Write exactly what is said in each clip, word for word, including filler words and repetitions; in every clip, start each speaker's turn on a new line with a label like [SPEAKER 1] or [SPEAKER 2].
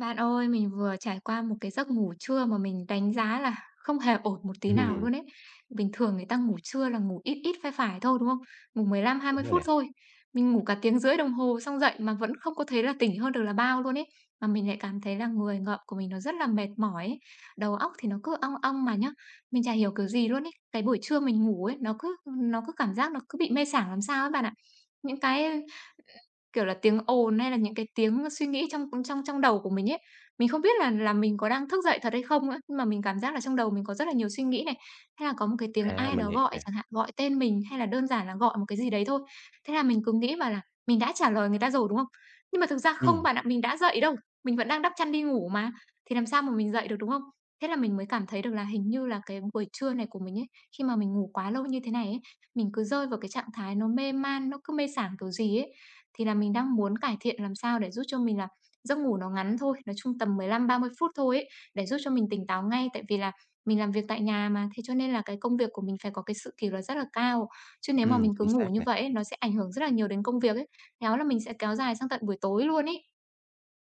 [SPEAKER 1] Bạn ơi, mình vừa trải qua một cái giấc ngủ trưa mà mình đánh giá là không hề ổn một tí nào
[SPEAKER 2] Ừm,
[SPEAKER 1] luôn ấy. Bình thường người ta ngủ trưa là ngủ ít ít phải phải thôi, đúng không? Ngủ mười lăm hai mươi
[SPEAKER 2] Đúng rồi
[SPEAKER 1] phút
[SPEAKER 2] nè.
[SPEAKER 1] thôi. Mình ngủ cả tiếng rưỡi đồng hồ xong dậy mà vẫn không có thấy là tỉnh hơn được là bao luôn ấy. Mà mình lại cảm thấy là người ngợm của mình nó rất là mệt mỏi ấy. Đầu óc thì nó cứ ong ong mà nhá. Mình chả hiểu kiểu gì luôn ấy. Cái buổi trưa mình ngủ ấy, nó cứ nó cứ cảm giác nó cứ bị mê sảng làm sao ấy bạn ạ. Những cái Kiểu là, tiếng ồn hay là những cái tiếng suy nghĩ trong trong trong đầu của mình ấy, mình không biết là là mình có đang thức dậy thật hay không nữa, nhưng mà mình cảm giác là trong đầu mình có rất là nhiều suy nghĩ này, hay là có một cái tiếng
[SPEAKER 2] À,
[SPEAKER 1] ai
[SPEAKER 2] mình
[SPEAKER 1] đó
[SPEAKER 2] hiểu
[SPEAKER 1] gọi
[SPEAKER 2] nè.
[SPEAKER 1] chẳng hạn, gọi tên mình hay là đơn giản là gọi một cái gì đấy thôi. Thế là mình cứ nghĩ bảo là mình đã trả lời người ta rồi, đúng không? Nhưng mà thực ra không
[SPEAKER 2] Ừm,
[SPEAKER 1] bạn ạ, mình đã dậy đâu, mình vẫn đang đắp chăn đi ngủ mà, thì làm sao mà mình dậy được, đúng không? Thế là mình mới cảm thấy được là hình như là cái buổi trưa này của mình ấy, khi mà mình ngủ quá lâu như thế này ấy, mình cứ rơi vào cái trạng thái nó mê man, nó cứ mê sảng kiểu gì ấy. Thì là mình đang muốn cải thiện làm sao để giúp cho mình là giấc ngủ nó ngắn thôi, nói chung tầm mười lăm ba mươi phút thôi ấy, để giúp cho mình tỉnh táo ngay. Tại vì là mình làm việc tại nhà mà, thế cho nên là cái công việc của mình phải có cái sự kỷ luật rất là cao. Chứ nếu mà
[SPEAKER 2] ừm,
[SPEAKER 1] mình cứ
[SPEAKER 2] Chính
[SPEAKER 1] ngủ
[SPEAKER 2] xác
[SPEAKER 1] như
[SPEAKER 2] nè.
[SPEAKER 1] vậy ấy, nó sẽ ảnh hưởng rất là nhiều đến công việc ấy. Khéo là mình sẽ kéo dài sang tận buổi tối luôn ấy.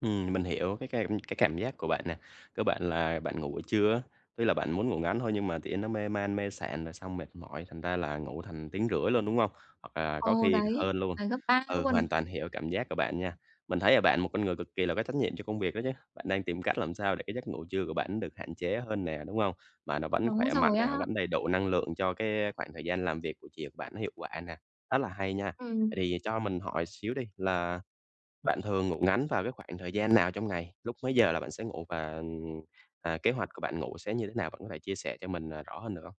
[SPEAKER 2] Ừm, mình hiểu cái cảm cái cảm giác của bạn nè. Cơ bản là bạn ngủ buổi trưa á, tuy là bạn muốn ngủ ngắn thôi nhưng mà thì nó mê man, mê sạn rồi xong mệt mỏi, thành ra là ngủ thành tiếng rưỡi luôn, đúng không? Hoặc là có
[SPEAKER 1] Ồ,
[SPEAKER 2] khi
[SPEAKER 1] đấy,
[SPEAKER 2] hơn luôn.
[SPEAKER 1] là gấp ba
[SPEAKER 2] Ừ,
[SPEAKER 1] luôn.
[SPEAKER 2] hoàn toàn hiểu cảm giác của bạn nha. Mình thấy là bạn một con người cực kỳ là có trách nhiệm cho công việc đó chứ. Bạn đang tìm cách làm sao để cái giấc ngủ trưa của bạn được hạn chế hơn nè, đúng không? Mà nó vẫn
[SPEAKER 1] Đúng
[SPEAKER 2] khỏe mạnh
[SPEAKER 1] rồi
[SPEAKER 2] nè,
[SPEAKER 1] á.
[SPEAKER 2] vẫn đầy đủ năng lượng cho cái khoảng thời gian làm việc của chị của bạn nó hiệu quả nè. Rất là hay nha. Vậy
[SPEAKER 1] Ừm.
[SPEAKER 2] thì cho mình hỏi xíu đi là bạn thường ngủ ngắn vào cái khoảng thời gian nào trong ngày? Lúc mấy giờ là bạn sẽ ngủ và, ừm, à, kế hoạch của bạn ngủ sẽ như thế nào? Bạn có thể chia sẻ cho mình, à, rõ hơn được không?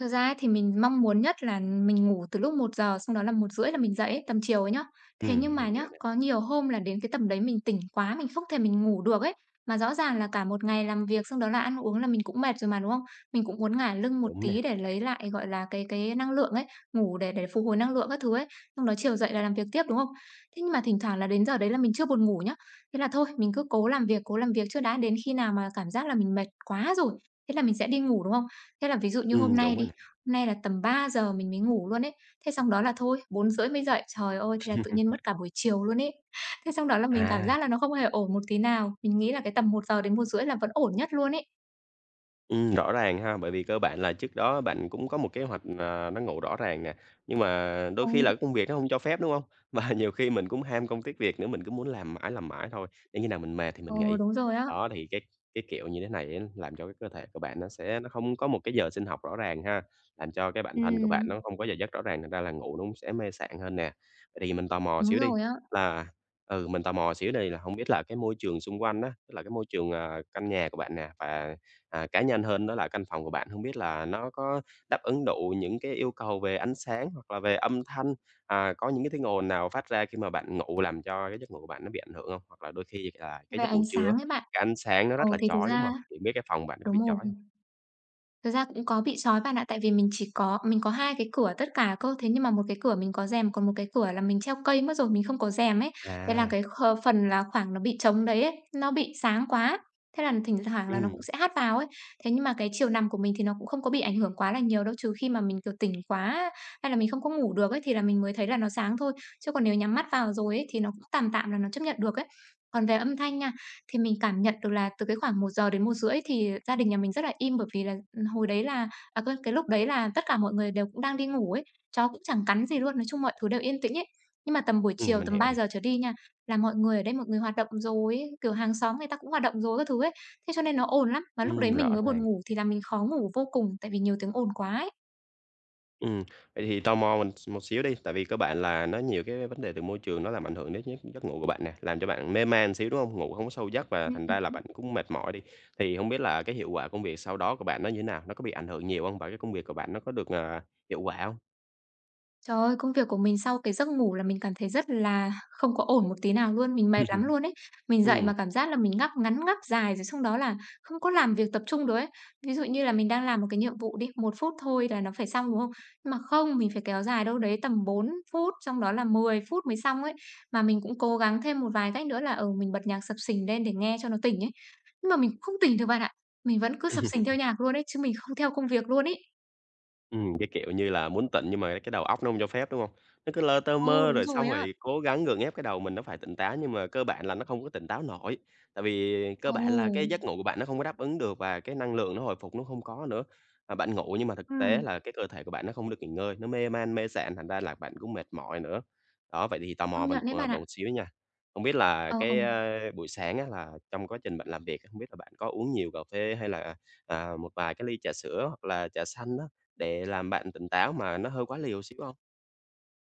[SPEAKER 1] Thật ra ấy thì mình mong muốn nhất là mình ngủ từ lúc một giờ xong đó là một rưỡi là mình dậy ấy, tầm chiều ấy nhá.
[SPEAKER 2] Ừ,
[SPEAKER 1] Thế nhưng mà
[SPEAKER 2] mình
[SPEAKER 1] nhá,
[SPEAKER 2] hiểu nè,
[SPEAKER 1] có nhiều hôm là đến cái tầm đấy mình tỉnh quá, mình không thể mình ngủ được ấy. Mà rõ ràng là cả một ngày làm việc xong đó là ăn uống là mình cũng mệt rồi mà, đúng không? Mình cũng muốn ngả lưng một
[SPEAKER 2] đúng nè.
[SPEAKER 1] tí để lấy lại, gọi là, cái cái năng lượng ấy, ngủ để để phục hồi năng lượng các thứ ấy, xong đó chiều dậy là làm việc tiếp, đúng không? Thế nhưng mà thỉnh thoảng là đến giờ đấy là mình chưa buồn ngủ nhá. Thế là thôi, mình cứ cố làm việc, cố làm việc trước đã, đến khi nào mà cảm giác là mình mệt quá rồi, thế là mình sẽ đi ngủ, đúng không? Thế là ví dụ như
[SPEAKER 2] Ừ,
[SPEAKER 1] hôm nay
[SPEAKER 2] đúng rồi
[SPEAKER 1] đi.
[SPEAKER 2] nè.
[SPEAKER 1] Hôm Nay là tầm ba giờ mình mới ngủ luôn ấy. Thế xong đó là thôi, bốn rưỡi mới dậy. Trời ơi, thế là tự nhiên mất cả buổi chiều luôn ấy. Thế xong đó là mình cảm
[SPEAKER 2] À.
[SPEAKER 1] giác là nó không hề ổn một tí nào. Mình nghĩ là cái tầm một giờ đến một rưỡi là vẫn ổn nhất luôn ấy.
[SPEAKER 2] Ừm, rõ ràng ha, bởi vì cơ bản là trước đó bạn cũng có một kế hoạch, à, nó ngủ rõ ràng nè, nhưng mà đôi
[SPEAKER 1] Ồ.
[SPEAKER 2] khi là cái công việc nó không cho phép, đúng không? Và nhiều khi mình cũng ham công tiếc việc nữa, mình cứ muốn làm mãi, làm mãi thôi, để khi nào mình mệt thì mình
[SPEAKER 1] Ừ,
[SPEAKER 2] nghỉ.
[SPEAKER 1] đúng rồi á.
[SPEAKER 2] Đó, thì cái cái kiểu như thế này á, làm cho cái cơ thể của bạn nó sẽ nó không có một cái giờ sinh học rõ ràng ha, làm cho cái bản thân của bạn
[SPEAKER 1] Ừm,
[SPEAKER 2] nó không có giờ giấc rõ ràng, thành ra là ngủ nó cũng sẽ mê sảng hơn nè. Vậy thì mình tò mò
[SPEAKER 1] đúng
[SPEAKER 2] xíu đi,
[SPEAKER 1] rồi á.
[SPEAKER 2] là ừ, mình tò mò xíu đây là không biết là cái môi trường xung quanh á, tức là cái môi trường, à, căn nhà của bạn nè. Và à, cá nhân hơn đó là căn phòng của bạn không biết là nó có đáp ứng đủ những cái yêu cầu về ánh sáng hoặc là về âm thanh, à, có những cái tiếng ồn nào phát ra khi mà bạn ngủ làm cho cái giấc ngủ của bạn nó bị ảnh hưởng không? Hoặc là đôi khi là cái
[SPEAKER 1] Về
[SPEAKER 2] giấc
[SPEAKER 1] ánh
[SPEAKER 2] ngủ trưa á,
[SPEAKER 1] sáng ấy bạn,
[SPEAKER 2] cái ánh sáng nó
[SPEAKER 1] ừ,
[SPEAKER 2] rất là
[SPEAKER 1] thì thực
[SPEAKER 2] chói, đúng
[SPEAKER 1] ra
[SPEAKER 2] không? Thì biết cái phòng bạn nó có
[SPEAKER 1] đúng
[SPEAKER 2] bị
[SPEAKER 1] rồi.
[SPEAKER 2] chói không?
[SPEAKER 1] Thực ra cũng có bị trói bạn ạ, tại vì mình chỉ có mình có hai cái cửa tất cả cơ, thế nhưng mà một cái cửa mình có rèm, còn một cái cửa là mình treo cây mất rồi, mình không có rèm ấy. Thế là
[SPEAKER 2] À,
[SPEAKER 1] cái kh phần là khoảng nó bị trống đấy ấy, nó bị sáng quá, thế là thỉnh thoảng là nó cũng
[SPEAKER 2] ừm,
[SPEAKER 1] sẽ hát vào ấy. Thế nhưng mà cái chiều nằm của mình thì nó cũng không có bị ảnh hưởng quá là nhiều đâu, trừ khi mà mình, kiểu, tỉnh quá hay là mình không có ngủ được ấy thì là mình mới thấy là nó sáng thôi, chứ còn nếu nhắm mắt vào rồi ấy thì nó cũng tạm tạm là nó chấp nhận được ấy. Còn về âm thanh nha, thì mình cảm nhận được là từ cái khoảng một giờ đến một rưỡi thì gia đình nhà mình rất là im, bởi vì là, ừ, hồi đấy là à, quên, cái lúc đấy là tất cả mọi người đều cũng đang đi ngủ ấy, chó cũng chẳng cắn gì luôn, nói chung mọi thứ đều yên tĩnh ấy. Nhưng mà tầm buổi
[SPEAKER 2] ừm,
[SPEAKER 1] chiều,
[SPEAKER 2] mình
[SPEAKER 1] tầm
[SPEAKER 2] hiểu
[SPEAKER 1] ba
[SPEAKER 2] nè,
[SPEAKER 1] giờ trở đi nha, là mọi người ở đây mọi người hoạt động rồi ấy, kiểu, hàng xóm người ta cũng hoạt động rồi các thứ ấy, thế cho nên nó ồn lắm. Mà lúc đấy
[SPEAKER 2] ừm,
[SPEAKER 1] mình
[SPEAKER 2] rõ
[SPEAKER 1] mới buồn
[SPEAKER 2] ràng.
[SPEAKER 1] ngủ thì là mình khó ngủ vô cùng, tại vì nhiều tiếng ồn quá ấy.
[SPEAKER 2] Ừm, Vậy thì tò mò mình một xíu đi, tại vì các bạn là nó nhiều cái vấn đề từ môi trường nó làm ảnh hưởng đến giấc giấc ngủ của bạn nè, làm cho bạn mê man xíu, đúng không? Ngủ không có sâu giấc và thành ra là
[SPEAKER 1] Ừm.
[SPEAKER 2] bạn cũng mệt mỏi đi. Thì không biết là cái hiệu quả công việc sau đó của bạn nó như thế nào? Nó có bị ảnh hưởng nhiều không? Và cái công việc của bạn nó có được, à, hiệu quả không?
[SPEAKER 1] Trời ơi, công việc của mình sau cái giấc ngủ là mình cảm thấy rất là không có ổn một tí nào luôn, mình mệt lắm luôn ấy. Mình dậy
[SPEAKER 2] Ừm.
[SPEAKER 1] mà cảm giác là mình ngáp ngắn ngáp dài rồi xong đó là không có làm việc tập trung được ấy. Ví dụ như là mình đang làm một cái nhiệm vụ đi, một phút thôi là nó phải xong, đúng không? Nhưng mà không, mình phải kéo dài đâu đấy tầm bốn phút, xong đó là mười phút mới xong ấy. Mà mình cũng cố gắng thêm một vài cách nữa là, ừ, mình bật nhạc sập sình lên để nghe cho nó tỉnh ấy. Nhưng mà mình cũng không tỉnh được bạn ạ. Mình vẫn cứ sập sình theo nhạc luôn ấy, chứ mình không theo công việc luôn ấy.
[SPEAKER 2] Ừm, cái kiểu như là muốn tỉnh nhưng mà cái đầu óc nó không cho phép, đúng không? Nó cứ lơ tơ
[SPEAKER 1] Ồ,
[SPEAKER 2] mơ
[SPEAKER 1] đúng
[SPEAKER 2] rồi
[SPEAKER 1] rồi
[SPEAKER 2] xong
[SPEAKER 1] á.
[SPEAKER 2] rồi cố gắng gượng ép cái đầu mình nó phải tỉnh táo nhưng mà cơ bản là nó không có tỉnh táo nổi. Tại vì cơ
[SPEAKER 1] Ồ.
[SPEAKER 2] bản là cái giấc ngủ của bạn nó không có đáp ứng được và cái năng lượng nó hồi phục nó không có nữa. Mà bạn ngủ nhưng mà thực tế
[SPEAKER 1] Ừm.
[SPEAKER 2] là cái cơ thể của bạn nó không được nghỉ ngơi, nó mê man, mê sạn, thành ra là bạn cũng mệt mỏi nữa. Đó, vậy thì tò mò
[SPEAKER 1] Công
[SPEAKER 2] mình
[SPEAKER 1] nhận đấy
[SPEAKER 2] ờ,
[SPEAKER 1] bạn ạ.
[SPEAKER 2] bạn một xíu nha. Không biết là
[SPEAKER 1] Ờ, ờ.
[SPEAKER 2] cái, a, buổi sáng á là trong quá trình bạn làm việc, không biết là bạn có uống nhiều cà phê hay là, à, một vài cái ly trà sữa hoặc là trà xanh á? Để làm bạn tỉnh táo mà nó hơi quá liều xíu không?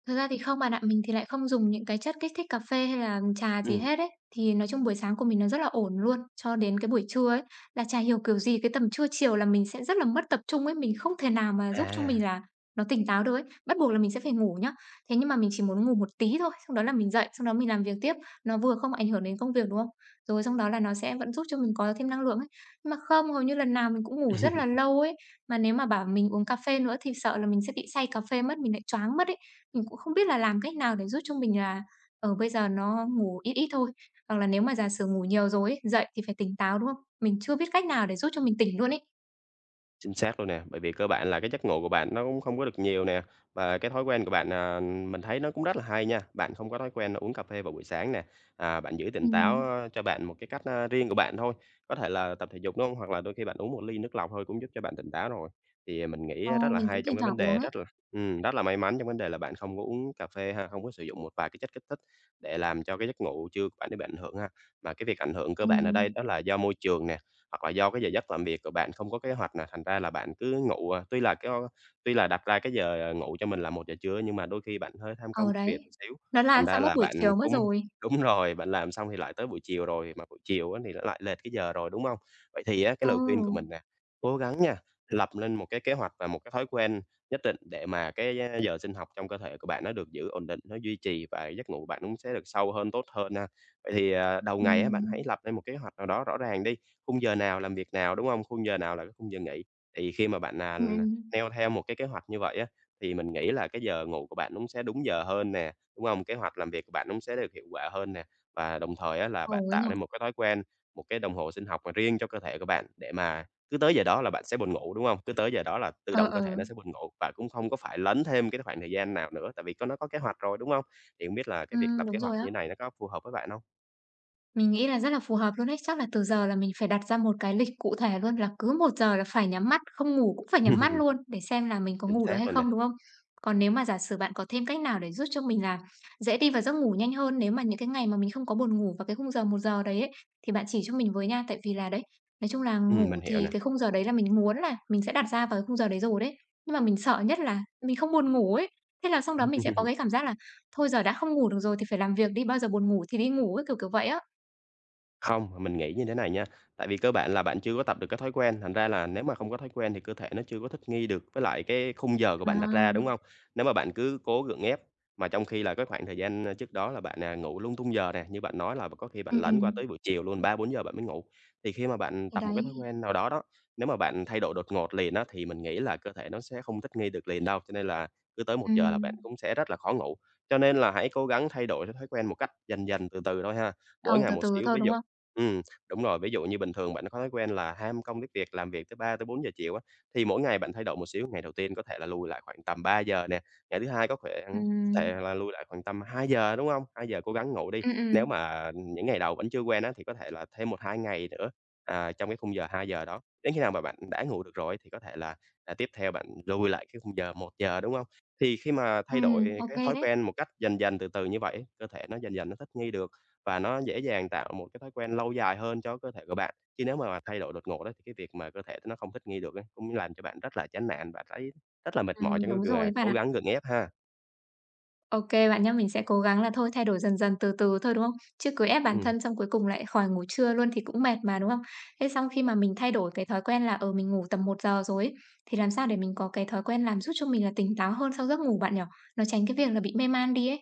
[SPEAKER 1] Thật ra thì không bạn ạ, mình thì lại không dùng những cái chất kích thích cà phê hay là trà gì
[SPEAKER 2] Ừm,
[SPEAKER 1] hết ấy. Thì nói chung buổi sáng của mình nó rất là ổn luôn, cho đến cái buổi trưa ấy, là chả hiểu kiểu gì, cái tầm trưa chiều là mình sẽ rất là mất tập trung ấy, mình không thể nào mà giúp cho mình
[SPEAKER 2] à.
[SPEAKER 1] là nó tỉnh táo được ấy. Bắt buộc là mình sẽ phải ngủ nhá. Thế nhưng mà mình chỉ muốn ngủ một tí thôi, xong đó là mình dậy, xong đó mình làm việc tiếp, nó vừa không ảnh hưởng đến công việc, đúng không? Rồi xong đó là nó sẽ vẫn giúp cho mình có thêm năng lượng ấy. Nhưng mà không, hầu như lần nào mình cũng ngủ rất là lâu ấy. Mà nếu mà bảo mình uống cà phê nữa thì sợ là mình sẽ bị say cà phê mất, mình lại choáng mất ấy. Mình cũng không biết là làm cách nào để giúp cho mình là, ở bây giờ nó ngủ ít ít thôi, hoặc là nếu mà giả sử ngủ nhiều rồi ấy, dậy thì phải tỉnh táo, đúng không? Mình chưa biết cách nào để giúp cho mình tỉnh luôn ấy.
[SPEAKER 2] Chính xác luôn nè, bởi vì cơ bản là cái giấc ngủ của bạn nó cũng không có được nhiều nè, và cái thói quen của bạn, à, mình thấy nó cũng rất là hay nha. Bạn không có thói quen uống cà phê vào buổi sáng nè, à, bạn giữ tỉnh táo,
[SPEAKER 1] Ừm,
[SPEAKER 2] ơ, cho bạn một cái cách, a, riêng của bạn thôi, có thể là tập thể dục, đúng hông? Hoặc là đôi khi bạn uống một ly nước lọc thôi cũng giúp cho bạn tỉnh táo rồi. Thì mình nghĩ
[SPEAKER 1] ờ,
[SPEAKER 2] rất là
[SPEAKER 1] mình cũng
[SPEAKER 2] hay
[SPEAKER 1] thỉnh
[SPEAKER 2] trong cái vấn
[SPEAKER 1] thoảng uống
[SPEAKER 2] đề
[SPEAKER 1] ấy.
[SPEAKER 2] rất là ừm, rất là may mắn trong vấn đề là bạn không có uống cà phê ha, không có sử dụng một vài cái chất kích thích để làm cho cái giấc ngủ trưa của bạn nó bị ảnh hưởng ha. Mà cái việc ảnh hưởng cơ bản ở
[SPEAKER 1] Ừm,
[SPEAKER 2] đây đó là do môi trường nè, hoặc là do cái giờ giấc làm việc của bạn không có kế hoạch nè, thành ra là bạn cứ ngủ, à, tuy là cái tuy là đặt ra cái giờ ờ, ngủ cho mình là một giờ trưa nhưng mà đôi khi bạn hơi tham công
[SPEAKER 1] ờ,
[SPEAKER 2] tiếc
[SPEAKER 1] đấy,
[SPEAKER 2] việc một xíu,
[SPEAKER 1] nó lan
[SPEAKER 2] thành ra
[SPEAKER 1] sang mất
[SPEAKER 2] là
[SPEAKER 1] buổi
[SPEAKER 2] bạn
[SPEAKER 1] chiều mất
[SPEAKER 2] cũng
[SPEAKER 1] rồi.
[SPEAKER 2] đúng rồi, bạn làm xong thì lại tới buổi chiều rồi, mà buổi chiều á thì nó lại lệch cái giờ rồi, đúng không? Vậy thì á, cái
[SPEAKER 1] Ừ,
[SPEAKER 2] lời khuyên của mình nè, cố gắng nha, lập lên một cái kế hoạch và một cái thói quen nhất định để mà cái, giờ sinh học trong cơ thể của bạn nó được giữ ổn định, nó duy trì và giấc ngủ bạn cũng sẽ được sâu hơn, tốt hơn ha. Vậy thì, à, đầu ngày á, bạn hãy
[SPEAKER 1] ừm,
[SPEAKER 2] lập lên một kế hoạch nào đó rõ ràng đi, khung giờ nào làm việc nào, đúng không? Khung giờ nào là cái khung giờ nghỉ. Thì khi mà bạn, à,
[SPEAKER 1] ừm, ừm,
[SPEAKER 2] neo theo một cái kế hoạch như vậy á, thì mình nghĩ là cái giờ ngủ của bạn cũng sẽ đúng giờ hơn nè, đúng không? Kế hoạch làm việc của bạn cũng sẽ được hiệu quả hơn nè. Và đồng thời á là
[SPEAKER 1] ừ
[SPEAKER 2] bạn
[SPEAKER 1] ấy nhỉ?
[SPEAKER 2] tạo nên một cái thói quen, một cái đồng hồ sinh học mà riêng cho cơ thể của bạn để mà cứ tới giờ đó là bạn sẽ buồn ngủ, đúng không? Cứ tới giờ đó là tự
[SPEAKER 1] Ờ,
[SPEAKER 2] động cơ
[SPEAKER 1] ờ,
[SPEAKER 2] thể nó sẽ buồn ngủ và cũng không có phải lấn thêm cái khoảng thời gian nào nữa, tại vì có nó có kế hoạch rồi, đúng không? Thì hông biết là cái việc
[SPEAKER 1] ừm,
[SPEAKER 2] lập kế
[SPEAKER 1] đúng
[SPEAKER 2] hoạch
[SPEAKER 1] rồi á.
[SPEAKER 2] như thế này nó có phù hợp với bạn không?
[SPEAKER 1] Mình nghĩ là rất là phù hợp luôn ấy. Chắc là từ giờ là mình phải đặt ra một cái lịch cụ thể luôn, là cứ một giờ là phải nhắm mắt, không ngủ cũng phải nhắm mắt luôn, để xem là mình có
[SPEAKER 2] Chính
[SPEAKER 1] ngủ được
[SPEAKER 2] xác
[SPEAKER 1] hay
[SPEAKER 2] luôn nè.
[SPEAKER 1] không, đúng không? Còn nếu mà giả sử bạn có thêm cách nào để giúp cho mình là dễ đi vào giấc ngủ nhanh hơn, nếu mà những cái ngày mà mình không có buồn ngủ vào cái khung giờ một giờ đấy ấy, thì bạn chỉ cho mình với nha. Tại vì là đấy, nói chung là
[SPEAKER 2] Ừm,
[SPEAKER 1] ngủ
[SPEAKER 2] mình hiểu
[SPEAKER 1] thì
[SPEAKER 2] nè.
[SPEAKER 1] cái khung giờ đấy là mình muốn là mình sẽ đặt ra vào cái khung giờ đấy rồi đấy. Nhưng mà mình sợ nhất là mình không buồn ngủ ấy. Thế là xong đó mình sẽ có cái cảm giác là thôi giờ đã không ngủ được rồi thì phải làm việc đi, bao giờ buồn ngủ thì đi ngủ ấy, kiểu, kiểu vậy á.
[SPEAKER 2] Không, mình nghĩ như thế này nha, tại vì cơ bản là bạn chưa có tập được cái thói quen, thành ra là nếu mà không có thói quen thì cơ thể nó chưa có thích nghi được với lại cái khung giờ của
[SPEAKER 1] À,
[SPEAKER 2] bạn đặt ra, đúng không? Nếu mà bạn cứ cố gượng ép, mà trong khi là cái khoảng thời gian, ơ, trước đó là bạn, à, ngủ lung tung giờ nè, như bạn nói là có khi bạn
[SPEAKER 1] ừ ừ
[SPEAKER 2] lấn qua tới buổi chiều luôn, ba bốn giờ bạn mới ngủ. Thì khi mà bạn
[SPEAKER 1] thì
[SPEAKER 2] tập một cái thói
[SPEAKER 1] đấy,
[SPEAKER 2] quen nào đó đó, nếu mà bạn thay đổi đột ngột liền á, thì mình nghĩ là cơ thể nó sẽ không thích nghi được liền đâu, cho nên là cứ tới
[SPEAKER 1] ừ
[SPEAKER 2] một giờ là bạn cũng sẽ rất là khó ngủ. Cho nên là hãy cố gắng thay đổi cái thói quen một cách dần dần, từ từ thôi ha,
[SPEAKER 1] ờ,
[SPEAKER 2] mỗi ngày
[SPEAKER 1] từ
[SPEAKER 2] một
[SPEAKER 1] từ
[SPEAKER 2] xíu.
[SPEAKER 1] thôi,
[SPEAKER 2] Ví
[SPEAKER 1] đúng
[SPEAKER 2] dụ.
[SPEAKER 1] không?
[SPEAKER 2] Ừm, đúng rồi. Ví dụ như bình thường bạn có thói quen là ham công tiếc việc, làm việc tới ba tới bốn giờ chiều á, thì mỗi ngày bạn thay đổi một xíu. Ngày đầu tiên có thể là lùi lại khoảng tầm ba giờ nè, ngày thứ hai có thể
[SPEAKER 1] Ừ
[SPEAKER 2] có thể là lùi lại khoảng tầm hai giờ, đúng không? Hai giờ cố gắng ngủ đi.
[SPEAKER 1] ừ ừ
[SPEAKER 2] Nếu mà những ngày đầu vẫn chưa quen á, thì có thể là thêm một hai ngày nữa, à, trong cái khung giờ hai giờ đó. Đến khi nào mà bạn đã ngủ được rồi thì có thể là, à, tiếp theo bạn lùi lại cái khung giờ một giờ, đúng không? Thì khi mà thay
[SPEAKER 1] ừm,
[SPEAKER 2] đổi
[SPEAKER 1] ô
[SPEAKER 2] cái thói
[SPEAKER 1] đấy,
[SPEAKER 2] quen một cách dần dần, từ từ như vậy, cơ thể nó dần dần nó thích nghi được và nó dễ dàng tạo một cái thói quen lâu dài hơn cho cơ thể của bạn. Chứ nếu mà mà thay đổi đột ngột á, thì cái việc mà cơ thể nó không thích nghi được ấy, cũng làm cho bạn rất là chán nản, và thấy rất là mệt mỏi
[SPEAKER 1] ừm,
[SPEAKER 2] trong cái
[SPEAKER 1] đúng
[SPEAKER 2] việc
[SPEAKER 1] rồi
[SPEAKER 2] mà
[SPEAKER 1] bạn
[SPEAKER 2] cố
[SPEAKER 1] ạ.
[SPEAKER 2] gắng gượng ép ha.
[SPEAKER 1] ok bạn nhá, mình sẽ cố gắng là thôi thay đổi dần dần, từ từ thôi, đúng không? Chứ cứ ép bản
[SPEAKER 2] Ừm.
[SPEAKER 1] thân xong cuối cùng lại khỏi ngủ trưa luôn thì cũng mệt mà, đúng không? Thế xong khi mà mình thay đổi cái thói quen là, ở mình ngủ tầm một giờ rồi ấy, thì làm sao để mình có cái thói quen làm giúp cho mình là tỉnh táo hơn sau giấc ngủ bạn nhỉ? Nó tránh cái việc là bị mê man đi ấy.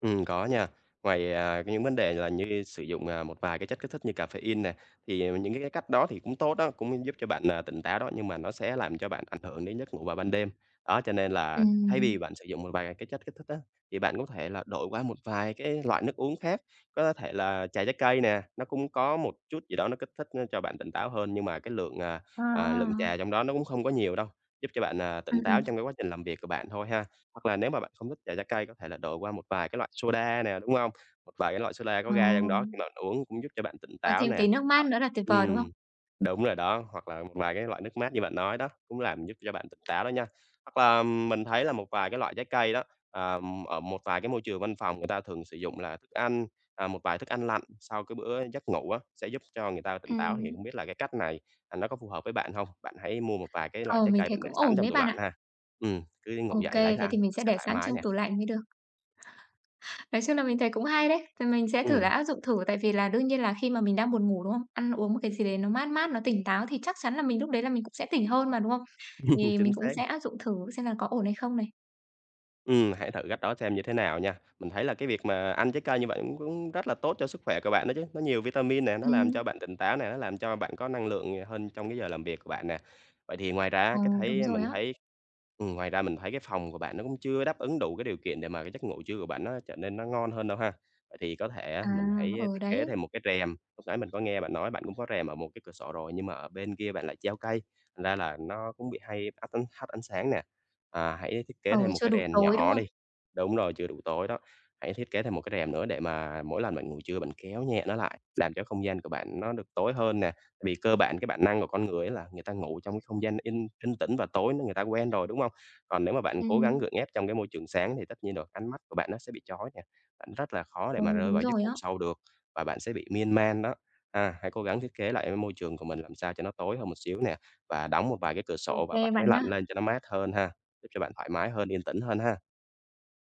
[SPEAKER 2] Ừm, có nha. Ngoài, à, những vấn đề là như sử dụng, à, một vài cái chất kích thích như caffeine nè, thì những cái cách đó thì cũng tốt đó, cũng giúp cho bạn, à, tỉnh táo đó, nhưng mà nó sẽ làm cho bạn ảnh hưởng đến giấc ngủ vào ban đêm. Đó, cho nên
[SPEAKER 1] Ừ
[SPEAKER 2] là thay vì bạn sử dụng một vài cái chất kích thích đó thì bạn có thể là đổi qua một vài cái loại nước uống khác, có thể là trà trái cây nè, nó cũng có một chút gì đó nó kích thích nó cho bạn tỉnh táo hơn, nhưng mà cái lượng, à, à, lượng
[SPEAKER 1] à,
[SPEAKER 2] trà trong đó nó cũng không có nhiều đâu, giúp cho bạn, à,
[SPEAKER 1] ừ
[SPEAKER 2] tỉnh
[SPEAKER 1] ừm,
[SPEAKER 2] táo trong cái quá trình làm việc của bạn thôi ha. Hoặc là nếu mà bạn không thích trà trái cây, có thể là đổi qua một vài cái loại soda nè, đúng không? Một vài cái loại soda có
[SPEAKER 1] ờ,
[SPEAKER 2] ga trong đó, khi mà bạn uống cũng giúp cho bạn tỉnh
[SPEAKER 1] và
[SPEAKER 2] táo
[SPEAKER 1] thêm
[SPEAKER 2] nè.
[SPEAKER 1] tí nước
[SPEAKER 2] Ờ,
[SPEAKER 1] mát nữa là tuyệt vời, đúng không?
[SPEAKER 2] ừm. Đúng rồi đó, hoặc là một vài cái loại nước mát như bạn nói đó, cũng làm giúp cho bạn tỉnh táo đó nha. Hoặc là mình thấy là một vài cái loại trái cây đó, ờm, ở một vài cái môi trường văn phòng người ta thường sử dụng là thức ăn, à, một vài thức ăn lạnh sau cái bữa giấc ngủ á, sẽ giúp cho người ta tỉnh táo, thì
[SPEAKER 1] Ừm.
[SPEAKER 2] không biết là cái cách này, à, nó có phù hợp với bạn không? Bạn hãy mua một vài cái loại
[SPEAKER 1] Ờ,
[SPEAKER 2] trái
[SPEAKER 1] mình
[SPEAKER 2] cây
[SPEAKER 1] thấy
[SPEAKER 2] bạn để
[SPEAKER 1] cũng
[SPEAKER 2] sẵn
[SPEAKER 1] ổn
[SPEAKER 2] trong
[SPEAKER 1] đấy
[SPEAKER 2] tủ
[SPEAKER 1] bạn
[SPEAKER 2] lạnh
[SPEAKER 1] ạ.
[SPEAKER 2] ha. Ừm, cứ ngủ
[SPEAKER 1] OK,
[SPEAKER 2] dậy lấy
[SPEAKER 1] thế
[SPEAKER 2] ra ăn,
[SPEAKER 1] thì mình
[SPEAKER 2] nó
[SPEAKER 1] sẽ
[SPEAKER 2] sẽ
[SPEAKER 1] để
[SPEAKER 2] thoải
[SPEAKER 1] sẵn
[SPEAKER 2] mái
[SPEAKER 1] trong
[SPEAKER 2] nè.
[SPEAKER 1] tủ lạnh mới được. Nói chung là mình thấy cũng hay đấy, thì mình sẽ thử là
[SPEAKER 2] Ừm,
[SPEAKER 1] áp dụng thử, tại vì là đương nhiên là khi mà mình đang buồn ngủ, đúng không? Ăn uống một cái gì đấy nó mát mát, nó tỉnh táo thì chắc chắn là mình lúc đấy là mình cũng sẽ tỉnh hơn mà, đúng không? Thì
[SPEAKER 2] chính
[SPEAKER 1] mình cũng
[SPEAKER 2] xác.
[SPEAKER 1] sẽ áp dụng thử xem là có ổn hay không này.
[SPEAKER 2] Ừm, hãy thử cách đó xem như thế nào nha. Mình thấy là cái việc mà ăn trái cây như vậy cũng cũng rất là tốt cho sức khỏe của bạn đó chứ. Nó nhiều vitamin nè, nó làm
[SPEAKER 1] Ừm,
[SPEAKER 2] cho bạn tỉnh táo nè, nó làm cho bạn có năng lượng hơn trong cái giờ làm việc của bạn nè. Vậy thì ngoài ra
[SPEAKER 1] ờ,
[SPEAKER 2] cái
[SPEAKER 1] đúng
[SPEAKER 2] thấy
[SPEAKER 1] rồi
[SPEAKER 2] mình
[SPEAKER 1] á.
[SPEAKER 2] thấy ừm, ngoài ra mình thấy cái phòng của bạn nó cũng chưa đáp ứng đủ cái điều kiện để mà cái giấc ngủ trưa của bạn nó trở nên nó ngon hơn đâu ha. Vậy thì có thể á,
[SPEAKER 1] À,
[SPEAKER 2] mình hãy
[SPEAKER 1] ừ,
[SPEAKER 2] thiết
[SPEAKER 1] đấy,
[SPEAKER 2] kế thêm một cái rèm. Lúc nãy mình có nghe bạn nói bạn cũng có rèm ở một cái cửa sổ rồi, nhưng mà ở bên kia bạn lại treo cây, thành ra là nó cũng bị hay hắt ánh hắt ánh sáng nè. À, hãy thiết kế
[SPEAKER 1] ờ,
[SPEAKER 2] thêm một
[SPEAKER 1] chưa
[SPEAKER 2] cái
[SPEAKER 1] đủ
[SPEAKER 2] rèm
[SPEAKER 1] tối, đúng
[SPEAKER 2] nhỏ
[SPEAKER 1] không?
[SPEAKER 2] đi. Đúng rồi, chưa đủ tối đó. Hãy thiết kế thêm một cái rèm nữa, để mà mỗi lần bạn ngủ trưa bạn kéo nhẹ nó lại, làm cho không gian của bạn nó được tối hơn nè. Vì cơ bản cái bản năng của con người ấy là người ta ngủ trong cái không gian yên yên tĩnh và tối nên người ta quen rồi, đúng không? Còn nếu mà bạn cố gắng
[SPEAKER 1] Ừm,
[SPEAKER 2] gượng ép trong cái môi trường sáng thì tất nhiên rồi ánh mắt của bạn nó sẽ bị chói nè, bạn rất là khó để
[SPEAKER 1] ừ,
[SPEAKER 2] mà rơi
[SPEAKER 1] đúng
[SPEAKER 2] vào giấc
[SPEAKER 1] rồi
[SPEAKER 2] ngủ
[SPEAKER 1] á.
[SPEAKER 2] sâu được, và bạn sẽ bị miên man đó. À, hãy cố gắng thiết kế lại cái môi trường của mình làm sao cho nó tối hơn một xíu nè, và đóng một vài cái cửa sổ
[SPEAKER 1] OK
[SPEAKER 2] và bật cái
[SPEAKER 1] bạn
[SPEAKER 2] máy
[SPEAKER 1] nhá.
[SPEAKER 2] lạnh lên cho nó mát hơn ha, giúp cho bạn thoải mái hơn, yên tĩnh hơn ha.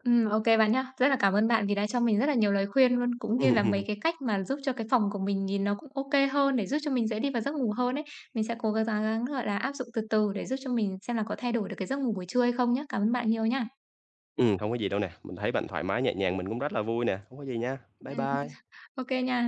[SPEAKER 1] Ừm, ô bạn nhá. Rất là cảm ơn bạn vì đã cho mình rất là nhiều lời khuyên luôn, cũng như là mấy
[SPEAKER 2] Ừm,
[SPEAKER 1] cái cách mà giúp cho cái phòng của mình nhìn nó cũng OK hơn để giúp cho mình dễ đi vào giấc ngủ hơn ấy. Mình sẽ cố gắng gắng, gọi là, áp dụng từ từ để giúp cho mình xem là có thay đổi được cái giấc ngủ buổi trưa hay không nhá. Cảm ơn bạn nhiều nhá.
[SPEAKER 2] không có gì đâu nè, mình thấy bạn thoải mái nhẹ nhàng, mình cũng rất là vui nè, không có gì nha. Bye
[SPEAKER 1] Ừm,
[SPEAKER 2] bye.
[SPEAKER 1] ô nha.